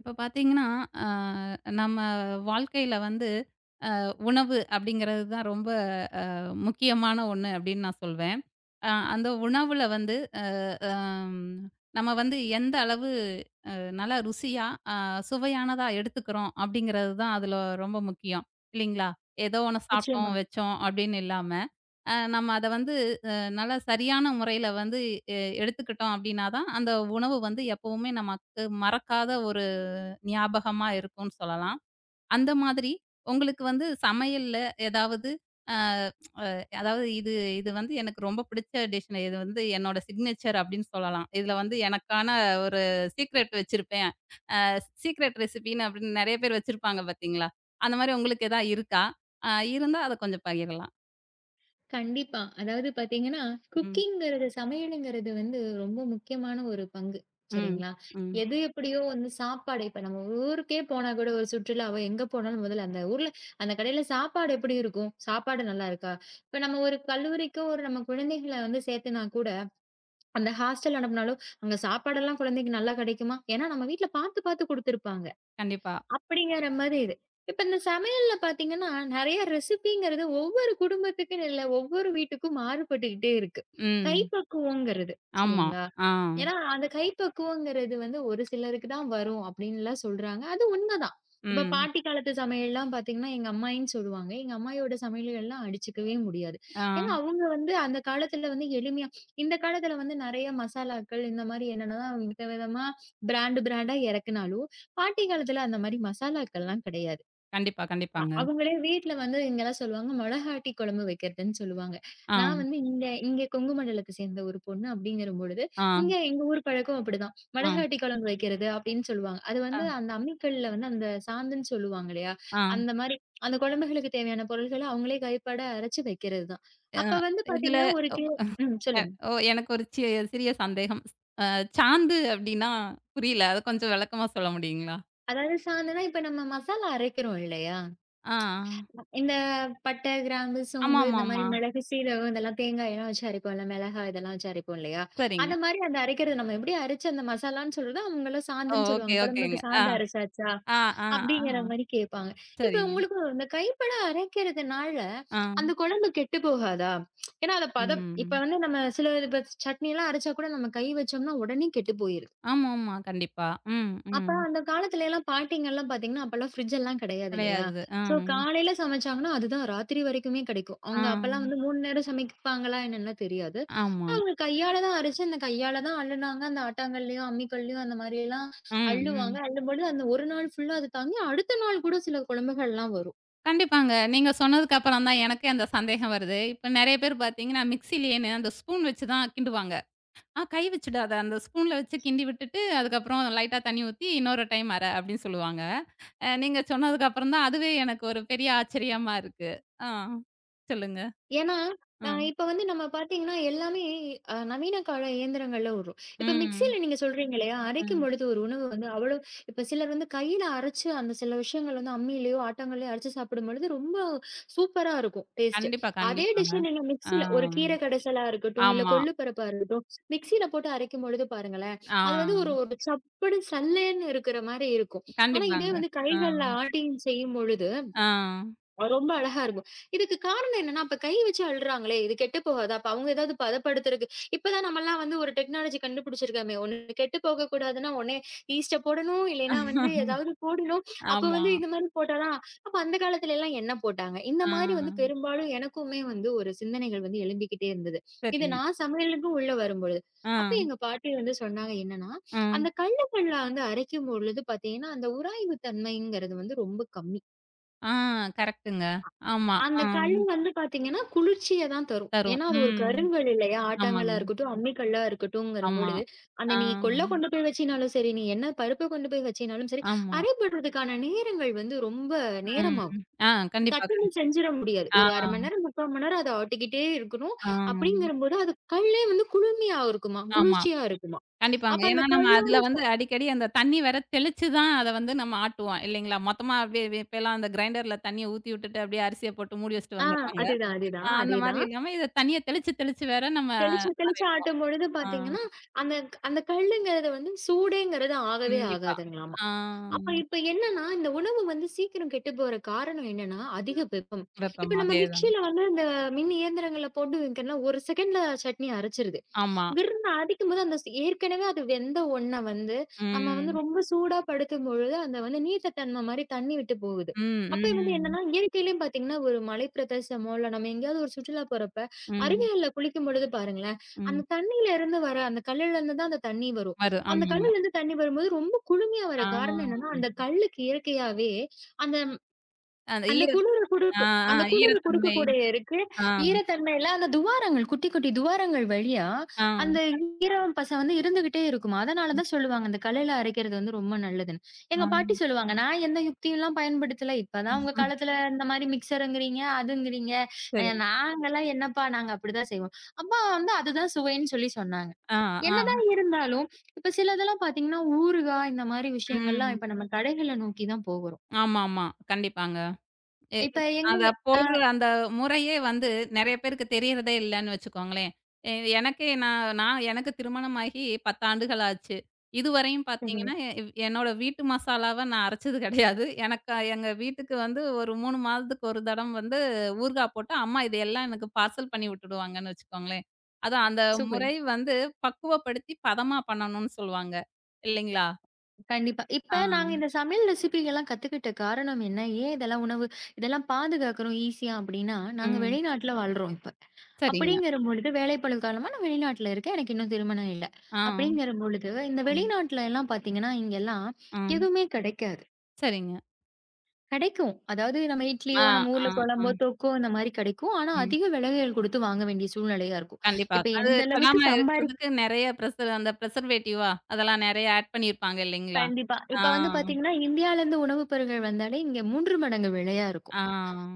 இப்ப பார்த்தீங்கன்னா, அ நம்ம வாழ்க்கையில வந்து உணவு அப்படிங்கிறது தான் ரொம்ப அ முக்கியமான ஒண்ணு அப்படின்னு நான் சொல்வேன். அந்த உணவுல வந்து அ அம் நம்ம வந்து எந்த அளவு நல்லா ருசியா, அ சுவையானதா எடுத்துக்கிறோம் அப்படிங்கிறது தான் அதுல ரொம்ப முக்கியம். இல்லைங்களா? ஏதோ ஒண்ணு சாப்பிட்டோம், நிச்சயமா. வச்சோம் அப்படின்னு இல்லாம, நம்ம அத வந்து அ நல்லா சரியான முறையில வந்து எ எடுத்துக்கிட்டோம் அப்படின்னா தான், அந்த உணவு வந்து எப்பவுமே நமக்கு மறக்காத ஒரு ஞாபகமா இருக்கும்னு சொல்லலாம். அந்த மாதிரி உங்களுக்கு வந்து சமையல்ல ஏதாவது அ அதாவது இது இது வந்து எனக்கு ரொம்ப பிடிச்ச டிஷ்னு. இது வந்து என்னோட சிக்னேச்சர் அப்படின்னு சொல்லலாம். இதுல வந்து எனக்கான ஒரு சீக்ரெட் வச்சிருப்பேன். அ சீக்ரெட் ரெசிபின்னு அப்படின்னு நெறைய பேர் வச்சிருப்பாங்க பார்த்தீங்களா? அந்த மாரி உங்களுக்கு ஏதா இருக்கா? அ இருந்தா அத கொஞ்சம் பகிரலாம். கண்டிப்பா. அதாவது பாத்தீங்கன்னா, ம். குக்கிங்ங்கிறது சமையலுங்கிறது வந்து ரொம்ப முக்கியமான ஒரு பங்கு. ம். சரிங்களா? ம். எது எப்படியோ வந்து சாப்பாடு இப்ப நம்ம ஊருக்கே போனா கூட ஒரு சுற்றுலாவோ எங்க போனாலும் முதல்ல அந்த ஊர்ல அந்த கடையில சாப்பாடு எப்படி இருக்கும்? சாப்பாடு நல்லா இருக்கா? இப்ப நம்ம ஒரு கல்லூரிக்கோ ஒரு நம்ம குழந்தைகள வந்து சேர்த்துனா கூட, அந்த ஹாஸ்டல் அனுப்புனாலும், அங்க சாப்பாடெல்லாம் குழந்தைக்கு நல்லா கிடைக்குமா? ஏன்னா நம்ம வீட்ல பாத்து பாத்து குடுத்துருப்பாங்க. கண்டிப்பா. அப்படிங்கிற மாதிரி இது. இப்ப இந்த சமையல்ல பார்த்தீங்கன்னா, நெறைய ரெசிபிங்கிறது ஒவ்வொரு குடும்பத்துக்குன்னு இல்ல, ஒவ்வொரு வீட்டுக்கும் மாறுபட்டுக்கிட்டே இருக்கு. ம். கைப்பக்குவங்கிறது. ஆமா. சரிங்களா? ஆ. ஏன்னா, அந்த கைப்பக்குவங்கிறது வந்து ஒரு சிலருக்கு தான் வரும் அப்படின்லாம் சொல்றாங்க. அது உண்மதான். இப்ப ம். பாட்டி காலத்து சமையல்லாம் பார்த்தீங்கன்னா, எங்க அம்மாயின்னு சொல்லுவாங்க. எங்க அம்மாயியோட சமையல்கள்லாம் அடிச்சுக்கவே முடியாது. ஏன்னா, ஆ. அவங்க வந்து அந்த காலத்துல வந்து எளிமையா இந்த காலத்துல வந்து நெறைய மசாலாக்கள் இந்த மாரி என்னென்னலாம் விதவிதமா பிராண்ட் பிராண்டா இறக்குனாலும், பாட்டி காலத்துல அந்த மாரி மசாலாக்கள்லாம் கிடையாது. கண்டிப்பா, கண்டிப்பாங்க. அவங்களே வீட்ல வந்து இங்கலாம் சொல்லுவாங்க, மொளகாட்டி குழம்பு வைக்கிறதுன்னு சொல்லுவாங்க. ஆ. நான் வந்து இங்க இங்க கொங்கு மண்டலத்த சேர்ந்த ஒரு பொண்ணு அப்படிங்கிறபொழுது, இங்க ஆ. எங்க ஊர் பழக்கம் அப்படிதான். ஆ. மொளகாட்டி குழம்பு வைக்கிறது அப்படின்னு சொல்லுவாங்க. அது அ. வந்து அந்த அம்மிக்கல்ல வந்து அந்த சாந்துன்னு சொல்லுவாங்க இல்லையா? ஆ. அந்த மாரி அந்த குழம்புகளுக்கு தேவையான பொருள்கள அவங்களே கைப்பட அரைச்சு வைக்கிறது தான். அ அப்ப வந்து இதுல பாத்தீங்கன்னா, ஒரு ஒ கே ம் எ சொல்லுங்க. ஓ எனக்கு ஒரு சிறிய சந்தேகம். அ சாந்து அப்டின்னா புரியல. அத கொஞ்சம் விளக்கமா சொல்ல முடியுங்களா? அதாவது சாந்துனா, இப்ப நம்ம மசாலா அரைக்கிறோம் இல்லையா? ஆ. இந்த பட்டை, கிராம்பு, சோம்பு இந்த மாரி ஆமாமாமா. மிளகு, சீரகம் இதெல்லாம் தேங்காயெல்லாம் வச்சு அரைப்போம்ல. மிளகாய் இதெல்லாம் வச்சு அரைப்போம் இல்லையா? சரிங்க. அந்த மாரி அந்த அரைக்கிறது நம்ம எப்படி அரைச்சு அந்த மசாலான்னு சொல்றதோ, அவங்கலாம் ஓ சாந்துன்னு ஓகே, சொல்லுவாங்க. ஓகேங்க. குழம்புக்கு ஆ, சாந்து அரைச்சாச்சா? ஆ, ஆ, ஆ. அப்படிங்கிற மாரி கேட்பாங்க. இப்ப சரிங்க. உங்களுக்கு இந்த கைப்பட அரைக்கிறதுனால, ஆ. அந்த குழம்பு கெட்டு போகாதா? ஏன்னா, அத பதம் இப்ப ம். வந்து நம்ம சில இப்ப சட்னிலாம் அரைச்சா கூட நம்ம கை வச்சோம்னா உடனே கெட்டு போயிரும். ஆமாமா. கண்டிப்பா. ம், அப்ப ம். அந்த காலத்துல எல்லாம் பாட்டிங்கலாம் பாத்தீங்கன்னா, அப்பலாம் ஃப்ரிட்ஜ் எல்லாம் கிடையாது இல்லையா? விளையாடுது. ஆ, ஸோ காலையில சமைச்சாங்கன்னா, அதுதான் ராத்திரி வரைக்குமே கிடைக்கும். ஆ. அவங்க அப்பலாம் வந்து 3 நேரம் சமைப்பாங்களா என்னன்னுலாம் தெரியாது. ஆமா. ஆனா அவங்க கையால தான் அரைச்சு, அந்த கையால தான் அள்ளுனாங்க. அந்த ஆட்டாங்கல்லையும், அம்மிக்கல்லையும் அந்த மாரியெல்லாம் ம், அள்ளுவாங்க. ம். அள்ளும்பொழுது அந்த ஒரு நாள் ஃபுல்லா அது தாங்கி, அடுத்த நாள் கூட சில குழம்புகள்லாம் வரும். கண்டிப்பாங்க. நீங்க சொன்னதுக்கு அப்புறம் தான் எனக்கே அந்த சந்தேகம் வருது. இப்ப நெறைய பேர் பார்த்தீங்கன்னா, மிக்ஸிலயே அந்த ஸ்பூன் வச்சு தான் கிண்டுவாங்க. ஆ கை வச்சுடாத. அந்த ஸ்பூன்ல வச்சு கிண்டி விட்டுட்டு, அதுக்கப்புறம் லைட்டா தண்ணி ஊத்தி, இன்னொரு டைம் அர அப்படின்னு சொல்லுவாங்க. நீங்க சொன்னதுக்கு அப்புறம் தான் அதுவே எனக்கு ஒரு பெரிய ஆச்சரியமா இருக்கு. ஆ. சொல்லுங்க. ஏன்னா, ம். இப்ப வந்து நம்ம பார்த்தீங்கன்னா, எல்லாமே நவீன கால இயந்திரங்கள்ல வரும். இப்ப ம். மிக்ஸியில நீங்க சொல்றீங்க இல்லையா? அரைக்கும் ம். பொழுது ஒரு உணவு வந்து அவ்வளோ இப்ப சிலர் வந்து கையில அரைச்சு அந்த சில விஷயங்கள் வந்து அம்மியிலயோ, ஆட்டாங்கல்லையோ அரைச்சு சாப்பிடும்பொழுது ரொம்ப சூப்பரா இருக்கும் டேஸ்ட்டு. கண்டிப்பா, அதே கண்டிப்பாங்க. டிஷ்ஷ நீங்க ஆ. மிக்ஸில ஒரு கீரை கடைசலா இருக்கட்டும், இல்ல ஆமா. கொள்ளு பருப்பா இருக்கட்டும், மிக்ஸியில போட்டு அரைக்கும் பொழுது பாருங்களேன், ஆ. அது வந்து ஒரு ஒரு சப்புன்னு சல்லேன்னு இருக்கிற மாரி இருக்கும். ஆனா கண்டிப்பாங்க. இதே வந்து ஆ. கைகள்ல ஆட்டி செய்யும்பொழுது, ஆ. ரொம்ப அழகா இருக்கும். இதுக்கு காரணம் என்னன்னா, அப்ப கை வச்சு அள்றாங்களே! இது கெட்டு போகாதா? அப்ப அவங்க ஏதாவது பதப்படுத்துறக்கு இப்பதான் நம்மலாம் வந்து ஒரு டெக்னாலஜி கண்டுபிடிச்சிருக்கோமே! ஒண்ணு கெட்டு போகக்கூடாதுன்னா, ஒண்ணே ஈஸ்ட்ட போடணும். இல்லைன்னா வந்து ஏதாவது போடணும். அப்ப ஆமா. வந்து இந்த மாரி போட்டாதான் அப்ப அந்த காலத்துல எல்லாம் என்ன போட்டாங்க? இந்த ஆ. மாரி வந்து பெரும்பாலும் எனக்குமே வந்து ஒரு சிந்தனைகள் வந்து எழும்பிக்கிட்டே இருந்தது. இது சரிங்க. நான் சமையலுக்கும் உள்ள வரும்பொழுது. ஆ. அப்ப எங்க பாட்டி வந்து சொன்னாங்க என்னன்னா, ம். அந்த கல்லுகள்ல வந்து அரைக்கும் பொழுது பார்த்தீங்கன்னா, அந்த உராய்வு தன்மைங்கிறது வந்து ரொம்ப கம்மி. ஆ கரெக்ட்டுங்க. ஆமா. ஆ. அந்த கல் வந்து பார்த்தீங்கன்னா, குளிர்ச்சிய தான் தரும். தரும். ஏன்னா, அது ஒரு ம். கருங்கல் இல்லையா? ஆட்டாங்கல்லா ஆமாங்க. இருக்கட்டும், அம்மி கல்லா ஆமா. இருக்கட்டும்ங்கரும்பொழுது, அந்த ஆ. நீ கொள்ள கொண்டு போய் வச்சினாலும் சரி, நீ என்ன பருப்ப கொண்டு போய் வச்சினாலும் சரி, ஆமா. அரைபடுறதுக்கான நேரங்கள் வந்து ரொம்ப நேரமாகும். ம். ஆ கண்டிப்பா, சட்டுன்னு கண்டிப்பா. செஞ்சிட முடியாது. ஆ, ஒரு ½ மணி நேரம், ¾ மணி நேரம் அத ஆட்டிக்கிட்டே இருக்கணும். ஆ. அப்படிங்கிறபோது, அது கல்லே வந்து குளுமையா இருக்குமாம். ஆமா. குளிர்ச்சியா இருக்குமாம். கண்டிப்பாங்க. அப்ப ஏன்னா அந்த நம்ம கல்லோட அதுல ச வந்து அடிக்கடி அந்த தண்ணி வேற தெளிச்சு தான் அத வந்து நம்ம ஆட்டுவோம் இல்லைங்களா? மொத்தமா அப்படியே இப்பலாம் அந்த கிரைண்டர்ல தண்ணிய ஊத்தி விட்டுட்டு அப்படியே அரிசிய போட்டு மூடி வச்சுட்டு ஆ வந்துடுறாங்க. அதுதான், அதுதான். அந்த மாரி அதேதான். இல்லாம இத தண்ணிய தெளிச்சு தெளிச்சு வேற நம்ம தெளிச்சு தெளிச்சு அரைப்போம். ஆட்டும் பொழுது ஆ பார்த்தீங்கன்னா, அந்த அந்த கல்லுங்கிறது வந்து சூடேங்கிறது ஆகவே கண்டிப்பா. ஆகாதுங்களாமா. ஆ அப்ப இப்ப என்னன்னா, இந்த உணவு வந்து சீக்கிரம் கெட்டு போற காரணம் என்னன்னா, அதிக வெப்பம். இப்ப வெப்பம் நம்ம அதேதாங்க. மிக்ஸியில வந்து இந்த மின் இயந்திரங்கள்ல போட்டு வைக்கிறோம்னா, 1 செகண்ட்ல சட்னி அரைச்சிருது. ஆமா. கிர்ன்னு அடிக்கும்போது அந்த ஸ் ஏற்கனவே அது வெந்த ஒண்ண வந்து, நம்ம வந்து ம். ரொம்ப சூடா படுத்தும்பொழுது, அந்த வந்து நீர்த்த தன்ம மாரி தண்ணி விட்டு போகுது. ம், அப்ப வந்து ம், என்னன்னா, இயற்கையிலயும் பார்த்தீங்கன்னா, ஒரு மலை பிரதேசமோ, இல்ல நம்ம எங்கேயாவது ஒரு சுற்றுலா போறப்ப, ம், அருவிகள்ல குளிக்கும்பொழுது பாருங்களேன், ம். அந்த தண்ணியில இருந்து வர அந்த கல்லுலருந்து தான் அந்த தண்ணி வரும். வரும். அந்த ஆமாங்க. கல்லுலருந்து தண்ணி வரும்போது ரொம்ப குளுமையா ஆ. வர காரணம் என்னன்னா, அந்த கல்லுக்கு இயற்கையாவே அந்த அந்த அந்த குளிர ஆ, குடுக்கும். ஆ அந்த குளிர ஈரத்தன்மை. குடுக்கக்கூடிய இருக்கு. ஆ, ஈரத்தன்மையில அந்த துவாரங்கள் குட்டி, குட்டி துவாரங்கள் வழியா ஆ. அந்த ஈரம் பச வந்து இருந்துகிட்டே இருக்குமா. அதனால ம். தான் சொல்லுவாங்க, அந்த கல்லுல அரைக்கிறது வந்து ரொம்ப நல்லதுன்னு. ஆ. எங்க பாட்டி சொல்லுவாங்க, நான் எந்த யுக்தியும்லாம் பயன்படுத்தல. இப்பதான் உங்க காலத்துல இந்த மாரி மிக்ஸருங்கிறீங்க, அதுங்கிறீங்க. சரிங்க. நாங்கலாம் என்னப்பா நாங்க அப்படிதான் செய்வோம். அம்மா வந்து அதுதான் சுவைன்னு சொல்லி சொன்னாங்க. ஆ, ஆ. என்னதான் இருந்தாலும், இப்ப சிலதெல்லாம் பாத்தீங்கன்னா, ஊறுகாய் இந்த மாரி விஷயங்கள்லாம் ம். இப்ப நம்ம கடைகள நோக்கி தான் போகுறோம். ஆமாமா. கண்டிப்பாங்க. எ இப்ப எங்க அத அ போடுற அந்த முறையே வந்து நெறைய பேருக்கு தெரியறதே இல்லன்னு வச்சுக்கோங்களேன். எ எனக்கே நான் நான் எனக்கு திருமணமாகி 10 ஆண்டுகள் ஆச்சு. இதுவரையும் பார்த்தீங்கன்னா, எ என்னோட வீட்டு மசாலாவ நான் அரைச்சது கிடையாது. எனக்கு எங்க வீட்டுக்கு வந்து ஒரு 3 மாதத்துக்கு ஒரு தடம் வந்து ஊறுகாய் போட்டா, அம்மா இது எல்லாம் எனக்கு பார்சல் பண்ணி விட்டுடுவாங்கன்னு வச்சுக்கோங்களேன். அதான் அந்த சூப்பர். முறை வந்து பக்குவப்படுத்தி பதமா பண்ணணும்னு சொல்லுவாங்க. இல்லைங்களா? கண்டிப்பா. ஆ. இப்ப நாங்க இந்த சமையல் ரெசிபிகள்லாம் கத்துக்கிட்ட காரணம் என்ன? ஏன் இதெல்லாம் உணவு இதெல்லாம் பாதுகாக்கிறோம் ஈஸியா அப்டின்னா, நாங்க ம். வெளிநாட்ல வாழ்றோம் இப்ப. சரிங்க. அப்படிங்கிற பொழுது வேலைப்பளு காரணமா நான் வெளிநாட்ல இருக்கேன். எனக்கு இன்னும் திருமணம் இல்ல. ஆ. அப்படிங்கிற பொழுது இந்த ம். வெளிநாட்ல எல்லாம் பார்த்தீங்கன்னா, இங்கெல்லாம் ம். எதுவுமே கிடைக்காது. சரிங்க. கிடைக்கும். அதாவது நம்ம ஆ, இட்லியோ, நம்ம ஆ, ஊர்ல ஆ, குழம்போ, தொக்கோ இந்த மாரி கிடைக்கும். ஆனா ம். அதிக விலைகள் குடுத்து வாங்க வேண்டிய சூழ்நிலையா இருக்கும். கண்டிப்பா. இப்ப அது எந்த கெடாம அளவுக்கு சம்பாரி இருக்கிறதுக்கு நெறைய ப்ரிசர் அந்த ப்ரிசர்வேட்டிவா அதெல்லாம் நெறைய ஆட் பண்ணியிருப்பாங்க இல்லைங்களா? கண்டிப்பா. ஆ, இப்ப வந்து பாத்தீங்கன்னா, இந்தியாலருந்து உணவு பொருள்கள் வந்தாலே இங்க 3 மடங்கு விலையா இருக்கும். ஆ.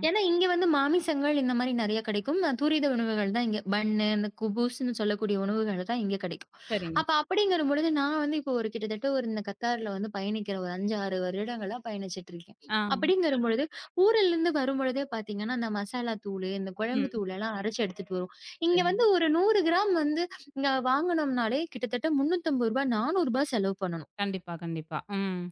ஏன்னா, இங்க வந்து மாமிசங்கள் இந்த மாரி நெறைய கிடைக்கும். துரித உணவுகள் தான் இங்க பன்னு, இந்த குபூஸ்ன்னு சொல்லக்கூடிய உணவுகள் தான் இங்க கிடைக்கும். சரிங்க. அப்ப அப்படிங்கிற பொழுது நான் வந்து இப்போ ஒரு கிட்டத்தட்ட ஒரு இந்த கத்தார்ல வந்து பயணிக்கிற ஒரு 5, 6 வருடங்களா பயணிச்சுட்டு இருக்கேன். ஆ, அப்படிங்கிற பொழுது, ஊரிலருந்து வரும்பொழுதே பாத்தீங்கன்னா, இந்த மசாலா தூளு, இந்த ம். குழம்பு தூளெல்லாம் அரைச்சு எடுத்துட்டு வருவோம். இங்க சரிங்க. வந்து ஒரு 100 கிராம் வந்து இங்க வாங்குனோம்னாலே கிட்டத்தட்ட ரூ. 350, ரூ. 400 செலவு பண்ணணும். கண்டிப்பா, கண்டிப்பா. ம்.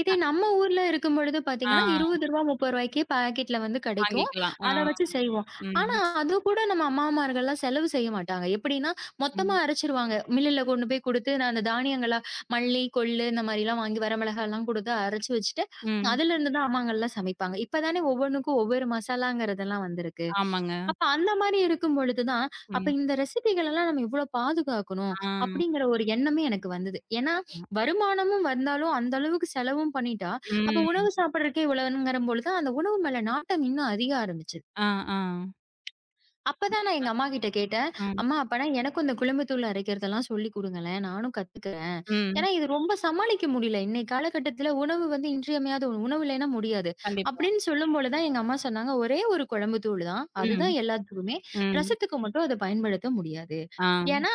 இதே நம்ம ஊர்ல இருக்கும் பொழுது ஆ பார்த்தீங்கன்னா, ரூ. 20, ரூ. 30க்கே பாக்கெட்ல வந்து கிடைக்கும். வாங்கிக்கலாம். ஆ, அத வச்சு செய்வோம். ஆனா, ம், அது கூட நம்ம அம்மாமார்கள்லாம் செலவு செய்ய மாட்டாங்க. எப்படின்னா, மொத்தமா ம், அரைச்சுருவாங்க. மில்லுல கொண்டு போய் குடுத்து, நான் அந்த தானியங்களா மல்லி, கொள்ளு இந்த மாரிலாம் வாங்கி வரமிளகாலாம் குடுத்து அரைச்சு வச்சுட்டு, ம். அதுலருந்து தான் அம்மாங்கள்லாம் சமைப்பாங்க. இப்ப தானே ஒவ்வொன்னுக்கும் ஒவ்வொரு மசாலாங்கிறதெல்லாம் வந்திருக்கு. ஆமாங்க. அப்ப அந்த மாரி இருக்கும் பொழுது தான், அப்ப ம். இந்த ரெசிபிகளெல்லாம் நம்ம இவ்ளோ பாதுகாக்கணும், ஆ, அப்படிங்கிற ஒரு எண்ணமே எனக்கு வந்தது. ஏன்னா, வருமானமும் வந்தாலும் அந்த அளவுக்கு செலவும் பண்ணிட்டா, அப்ப ம். உணவு சாப்பிடுறதுக்கே இவ்வளோங்கிற பொழுது, அந்த உணவு மேல நாட்டம் இன்னும் அதிக ஆரம்பிச்சது. ஆ, ஆ, அப்பதான் நான் எங்க அம்மாகிட்ட கேட்டேன். ம், "அம்மா அப்பனா எனக்கும் இந்த குழம்பு தூள் அரைக்கிறதெல்லாம் சொல்லிக் குடுங்களேன். நானும் கத்துக்கிறேன்." ம். ஏன்னா இது ரொம்ப சமாளிக்க முடியல. இன்னைய காலகட்டத்தில உணவு வந்து இன்றியமையாத ஒண்ணு. உணவு இல்லைன்னா முடியாது. கண்டிப்பா. அப்படின்னு சொல்லும்போது தான் எங்க அம்மா சொன்னாங்க, "ஒரே ஒரு குழம்பு தூள் தான். ம், அதுதான் எல்லாத்துக்குமே. ம். ரசத்துக்கு மட்டும் அத பயன்படுத்த முடியாது. ஆ, ஏன்னா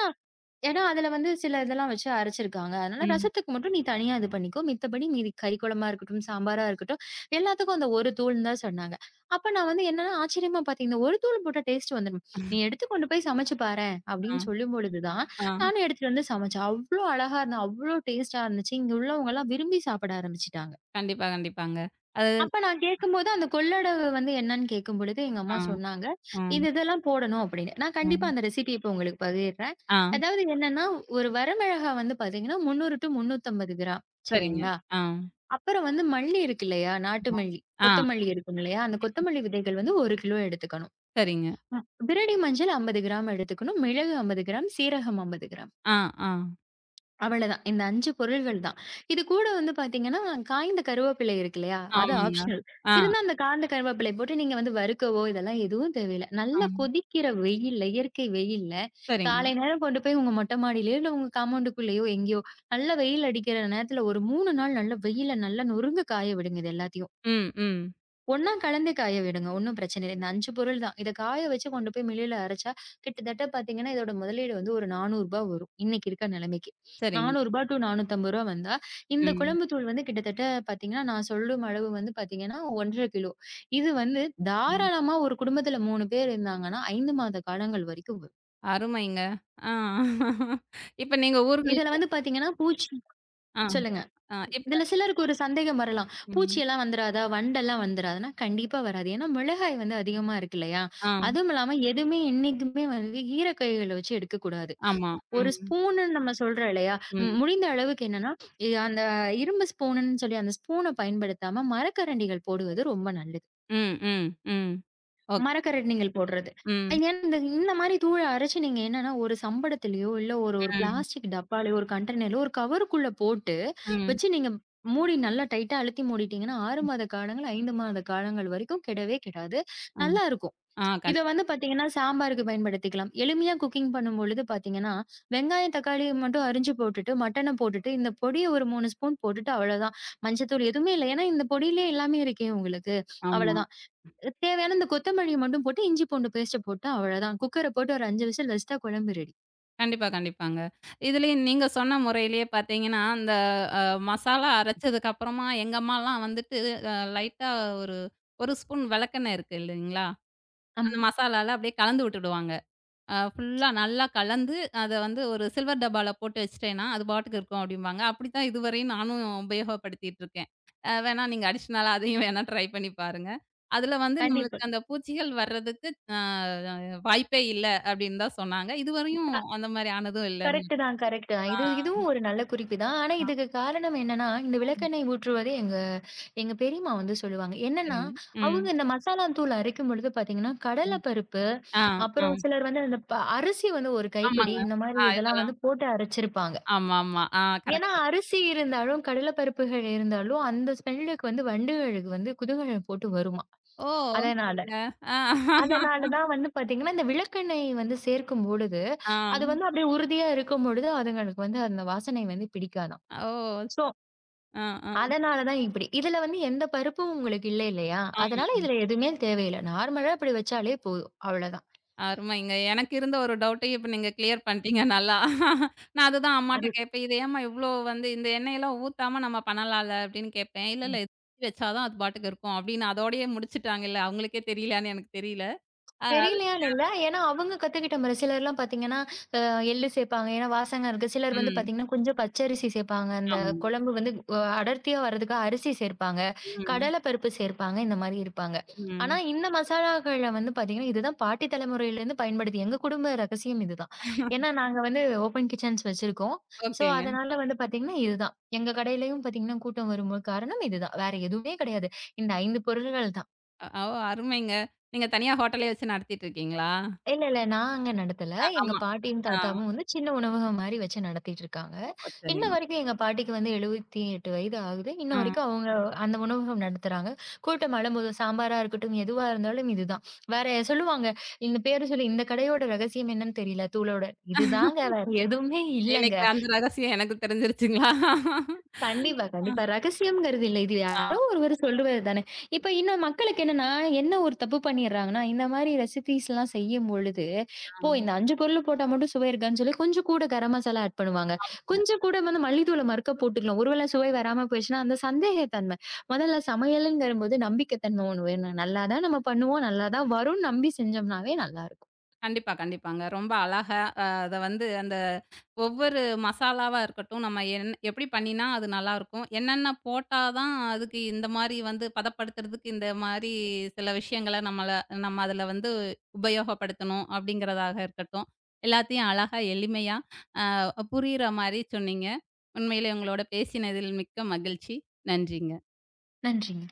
ஏன்னா, அதுல வந்து சில இதெல்லாம் வச்சு அரைச்சிருக்காங்க. அதனால ம். ரசத்துக்கு மட்டும் நீ தனியா இது பண்ணிக்கோ. மித்தபடி மீதி கறி குழம்பா இருக்கட்டும், சாம்பாரா இருக்கட்டும், எல்லாத்துக்கும் அந்த ஒரு தூள்ன்னு தான் சொன்னாங்க. அப்ப நான் வந்து என்னன்னா ஆச்சரியமா பார்த்தேன். இந்த ஒரு தூள் போட்டா டேஸ்ட் வந்துரும். "நீ எடுத்து கொண்டு போய் சமைச்சு பாரேன்" ஆ, அப்படின்னு சொல்லும்பொழுது தான், ஆ. நானும் எடுத்துட்டு வந்து சமைச்சேன். அவ்ளோ அழகா இருந்தது. அவ்ளோ டேஸ்ட்டா இருந்துச்சு. இங்க உள்ளவங்கலாம் விரும்பி சாப்பிட ஆரம்பிச்சுட்டாங்க. கண்டிப்பா, கண்டிப்பாங்க. அது அப்ப நான் கேட்கும்போது, அந்த கொள்ளடவு வந்து என்னன்னு கேட்கும்பொழுது, எங்க ஆ, அம்மா சொன்னாங்க. ஆ, "இது இதெல்லாம் போடணும்" அப்படின்னு. நான் ஆ, கண்டிப்பா அந்த ரெசிபிய இப்ப உங்களுக்கு பகிர்றேன். ஆ. அதாவது என்னன்னா, ஒரு வரமிளகா வந்து பார்த்தீங்கன்னா, 300 to 350 கிராம் சரிங்க. சரிங்களா? ஆ. அப்புறம் வந்து மல்லி இருக்கு இல்லையா? நாட்டு ஆமா. மல்லி, ஆ கொத்தமல்லி இருக்கும் இல்லையா? அந்த கொத்தமல்லி விதைகள் வந்து 1 கிலோ எடுத்துக்கணும். சரிங்க. ம், பிரடி மஞ்சள் 50 கிராம் எடுத்துக்கணும். மிளகு 50 கிராம், சீரகம் 50 கிராம். ஆ, ஆ. அவ்வளதான். இந்த 5 பொருள்கள் தான். இது கூட வந்து பார்த்தீங்கன்னா, காய்ந்த கருவேப்பிலை இருக்கு இல்லையா? அது ஆமாங்க. ஆப்ஷனல். ஆ, இருந்தா அந்த காய்ந்த கருவேப்பிலை போட்டு நீங்க வந்து வறுக்கவோ, இதெல்லாம் எதுவும் தேவையில்ல. ஆ. நல்லா கொதிக்கிற வெயில்ல, இயற்கை வெயில்ல, சரிங்க. காலை நேரம் கொண்டு போய் உங்க மொட்டை மாடியிலயோ, இல்ல உங்க காம்பவுண்டுக்குள்ளேயோ எங்கேயோ, நல்லா வெயில் அடிக்கிற நேரத்தில ஒரு 3 நாள் நல்ல வெயில்ல நல்லா நொறுங்க காய விடுங்க இது எல்லாத்தையும். ம், ம். ஒண்ணா கலந்து காய விடுங்க. ஒண்ணும் பிரச்சனை இல்ல. இந்த 5 பொருள் தான். இத காய வச்சு கொண்டு போய் மில்லுல அரைச்சா, கிட்டத்தட்ட பார்த்தீங்கன்னா, இதோட முதலீடு வந்து ஒரு ரூ. 400 வரும். இன்னைக்கு இருக்க நிலைமைக்கு. ரூ. சரிங்க. 400 டூ ரூ. 450 வந்தா, இந்த ம், குழம்பு தூள் வந்து கிட்டத்தட்ட பார்த்தீங்கன்னா, நான் சொல்லும் அளவு வந்து பார்த்தீங்கன்னா, 1 ½ கிலோ. இது வந்து ம். தாராளமா ஒரு குடும்பத்துல 3 பேர் இருந்தாங்கன்னா, 5 மாத காலங்கள் வரைக்கும் வரும். அருமைங்க. ஆ. இப்ப நீங்க இதுல ஊர்களுக்கு வந்து பார்த்தீங்கன்னா, பூச்சி ஆ, சொல்லுங்க. ஆ. இப்ப இதுல சிலருக்கு ஒரு சந்தேகம் வரலாம். ம். பூச்சியெல்லாம் வந்துராதா? வண்டெல்லாம் வந்துராதுன்னா, கண்டிப்பா வராது. ஏன்னா மிளகாய் வந்து அதிகமா இருக்கு இல்லையா? ஆ. அதுவும் இல்லாம எதுவுமே என்னைக்குமே வந்து ஈர கைகள வச்சு எடுக்கக்கூடாது. ஆமா. ஒரு ம், ம். ஸ்பூன்னு நம்ம சொல்றோம் இல்லையா? ம் முடிந்த அளவுக்கு என்னன்னா, அந்த இரும்பு ஸ்பூனுன்னு சொல்லி அந்த ஸ்பூன பயன்படுத்தாம மரக்கரண்டிகள் போடுவது ரொம்ப நல்லது. ம், ம், ம். ஓகே. மரக்கரட் நீங்கள் போடுறது. ம், ஏன்னா இந்த இந்த மாரி தூள அரைச்சு நீங்க என்னன்னா, ஒரு சம்படத்திலயோ, இல்ல ஒரு ஒரு ம், பிளாஸ்டிக் டப்பாலயோ, ஒரு கண்டெய்னர்லயோ, ஒரு கவருக்குள்ள போட்டு ம், வச்சு நீங்க மூடி நல்லா டைட்டா அழுத்தி மூடிட்டீங்கன்னா, 6 மாத காலங்கள், 5 மாத காலங்கள் வரைக்கும் கெடவே கெடாது. ம். நல்லாருக்கும். ஆ, ஆ. இத கண்டிப்பா. வந்து பார்த்தீங்கன்னா, சாம்பாருக்கு பயன்படுத்திக்கலாம். எளிமையா குக்கிங் பண்ணும்பொழுது பார்த்தீங்கன்னா, வெங்காயம், தக்காளி மட்டும் அரிஞ்சு போட்டுட்டு, மட்டன போட்டுட்டு, இந்த பொடிய ஒரு 3 ஸ்பூன் போட்டுட்டு அவ்வளதான். மஞ்சத்தூள் எதுவுமே இல்ல. ஏன்னா இந்த பொடியிலயே எல்லாமே இருக்கே உங்களுக்கு. ஆமா. அவ்வளதான். தேவையான இந்த கொத்தமல்லிய மட்டும் போட்டு, இஞ்சி பூண்டு பேஸ்ட்ட போட்டு அவ்வளதான். குக்கர போட்டு ஒரு 5 விசில் வச்சுட்டா குழம்பு ரெடி. கண்டிப்பா, கண்டிப்பாங்க. இதுலயும் நீங்க சொன்ன முறையிலேயே பார்த்தீங்கன்னா, அந்த அ மசாலா அரைச்சதுக்கு அப்புறமா எங்க அம்மாலாம் வந்துட்டு லைட்டா ஒரு 1 ஸ்பூன் விளக்கெண்ணெய் இருக்கு இல்லைங்களா? ஆமா. அந்த மசாலால அப்படியே கலந்து விட்டுடுவாங்க. ஃபுல்லா நல்லா கலந்து அத வந்து ஒரு சில்வர் டப்பால போட்டு வச்சுட்டேன்னா, அது பாட்டுக்கு இருக்கும் அப்படிம்பாங்க. அப்படித்தான் இதுவரையும் நானும் உபயோகப்படுத்திட்டு இருக்கேன். வேணா நீங்க அடிஷனலா அதையும் வேணா ட்ரை பண்ணி பாருங்க. அதுல வந்து கண்டிப்பா. நம்மளுக்கு அந்த பூச்சிகள் வர்றதுக்கு அ வாய்ப்பே இல்ல அப்படின்னு தான் சொன்னாங்க. இதுவரையும் அந்த மாரி ஆனதும் இல்ல. கரெக்ட்டு தான், கரெக்ட்டு தான். இது ஆ. இதுவும் ஒரு நல்ல குறிப்பு தான். ஆனா இதுக்கு காரணம் என்னன்னா, இந்த விளக்கெண்ணெய் ஊற்றுவதே எங்க எங்க பெரியம்மா வந்து சொல்லுவாங்க. என்னன்னா, சரிங்க. ம். அவங்க இந்த மசாலா தூள் அரைக்கும் பொழுது பார்த்தீங்கன்னா, கடல ம். பருப்பு, ஆ, ஆ. அப்புறம் சிலர் வந்து அந்த ப அரிசி வந்து ஒரு கைப்பிடி ஆமாங்க. இந்த ஆ மாரி இதெல்லாம் இதெல்லாம் வந்து போட்டு அரைச்சிருப்பாங்க. ஆமா, ஆமா. ஆ ஏன்னா, கரெக்ட்டு. அரிசி இருந்தாலும், கடல பருப்புகள் இருந்தாலும், அந்த ஸ்மெல்லுக்கு வந்து வண்டுகளுக்கு வந்து குதூகலம் போட்டு வருமாம். ஓ! அதனால ஓகேங்க. ஆ. அதனால தான் வந்து பார்த்தீங்கன்னா, இந்த விளக்கெண்ணெய் வந்து சேர்க்கும் பொழுது, ஆ. அது வந்து அப்படியே உறுதியா இருக்கும் பொழுது, அதுங்களுக்கு வந்து அந்த வாசனை வந்து பிடிக்காதாம். ஓ! ஸோ, ஆ, ஆ. அதனால தான் இப்படி. இதுல வந்து எந்த பருப்பும் உங்களுக்கு இல்ல இல்லையா? ஆமா. அதனால இதுல எதுவுமே தேவையில்ல. நார்மலா இப்படி வச்சாலே போதும். அவ்வளதான். அருமைங்க. எனக்கு இருந்த ஒரு டவுட்டையும் இப்ப நீங்க கிளியர் பண்ணிட்டீங்க நல்லா. நான் அதுதான் அம்மாட்ட கேட்பேன். "இது ஏம்மா இவ்ளோ வந்து இந்த எண்ணெயெல்லாம் ஊத்தாம நம்ம பண்ணலாம்ல?" அப்படின்னு கேட்பேன். "இல்ல, இல்ல. இது தூக்கி வச்சா தான் அது பாட்டுக்கு இருக்கும்." அப்படின்னு அதோடயே முடிச்சுட்டாங்கல்ல. அவங்களுக்கே தெரியலையான்னு எனக்கு தெரியல. அது தெரியலையான்னு இல்ல. ஏன்னா அவங்க கத்துக்கிட்ட முறை. சிலர்லாம் பார்த்தீங்கன்னா, அ எள்ளு சேப்பாங்க. ஏன்னா வாசகம் இருக்கு. சிலர் வந்து ம். பார்த்தீங்கன்னா, கொஞ்சம் பச்சரிசி சேப்பாங்க. அந்த ஆமாங்க. குழம்பு வந்து அடர்த்தியா வர்றதுக்கு அரிசி சேர்ப்பாங்க. ம். கடலை பருப்பு சேர்ப்பாங்க. இந்த மாரி இருப்பாங்க. ஆனா ம். இந்த மசாலாக்கள்ல வந்து பார்த்தீங்கன்னா, இதுதான் பாட்டி தலைமுறையிலேருந்து பயன்படுத்தி எங்க குடும்ப ரகசியம் இதுதான். ஏன்னா நாங்க வந்து ஓப்பன் கிச்சன்ஸ் வச்சிருக்கோம். ஸோ ஓகேங்க. அதனால வந்து பார்த்தீங்கன்னா, இதுதான். எங்க கடையிலயும் பார்த்தீங்கன்னா, கூட்டம் வரும் காரணம் இதுதான். வேற எதுவுமே கிடையாது. இந்த 5 பொருள்கள் தான். ஓ! அருமைங்க. நீங்க தனியா ஹோட்டலே வச்சு நடத்திட்டு இருக்கீங்களா? இல்ல, இல்ல. நான் அங்க நடத்தல. எங்க ஆமா. பாட்டியும், ஆ தாத்தாவும் வந்து சின்ன உணவகம் மாரி வச்சு நடத்திட்டு இருக்காங்க. ஓ இன்ன சரிங்க. வரைக்கும் எங்க பாட்டிக்கு வந்து 78 வயது ஆகுது. இன்ன ஆ வரைக்கும் அவங்க அந்த உணவகம் நடத்துறாங்க. கூட்டம் அழும்போது சாம்பாரா இருக்கட்டும், எதுவா இருந்தாலும் இதுதான். வேற சொல்லுவாங்க. இந்த பேரு சொல்லி இந்த கடையோட ரகசியம் என்னன்னு தெரியல. தூளோட. இதுதாங்க. வேற எதுவுமே இல்லங்க. இன்னைக்கு அந்த ரகசியம் எனக்கு தெரிஞ்சிருச்சுங்களா? கண்டிப்பா, ஆ கண்டிப்பா. ரகசியம்ங்கிறது இல்ல. இது ஆ யாரோ ஒருவர் சொல்லுவது தானே. இப்ப இன்னும் மக்களுக்கு என்னன்னா, என்ன ஒரு தப்பு பண்ணிர்றாங்கன்னா, இந்த மாரி ரெசிபீஸ்லாம் செய்யும்பொழுது, "போ ஆமாங்க. இந்த 5 பொருள் போட்டா மட்டும் சுவை இருக்கான்னு சொல்லி, கொஞ்சம் கூட கரம் மசாலா ஆட் பண்ணுவாங்க. கொஞ்சம் கூட வந்து மல்லித்தூள மறுக்கா போட்டுக்கலாம். ஒருவேளை சுவை வராம போயிருச்சுன்னா, அந்த சந்தேகத்தன்மை. முதல்ல சமையலுங்கிறபோது நம்பிக்கை தன்மை ஒண்ணு வேணும். நல்லா தான் நம்ம பண்ணுவோம். நல்லா தான் வரும்னு நம்பி செஞ்சோம்னாவே நல்லாருக்கும். கண்டிப்பா, கண்டிப்பாங்க. ரொம்ப அழகா அத வந்து அந்த ஒவ்வொரு மசாலாவா இருக்கட்டும், நம்ம என் எப்படி பண்ணினா அது நல்லாயிருக்கும். என்னென்ன போட்டா தான் அதுக்கு இந்த மாரி வந்து பதப்படுத்துறதுக்கு இந்த மாரி சில விஷயங்கள நம்மள நம்ம அதுல வந்து உபயோகப்படுத்தணும் அப்படிங்கிறதாக இருக்கட்டும். எல்லாத்தையும் அழகா எளிமையா புரியிற மாரி சொன்னீங்க. உண்மையிலே உங்களோட பேசினதில் மிக்க மகிழ்ச்சி. நன்றிங்க. நன்றிங்க.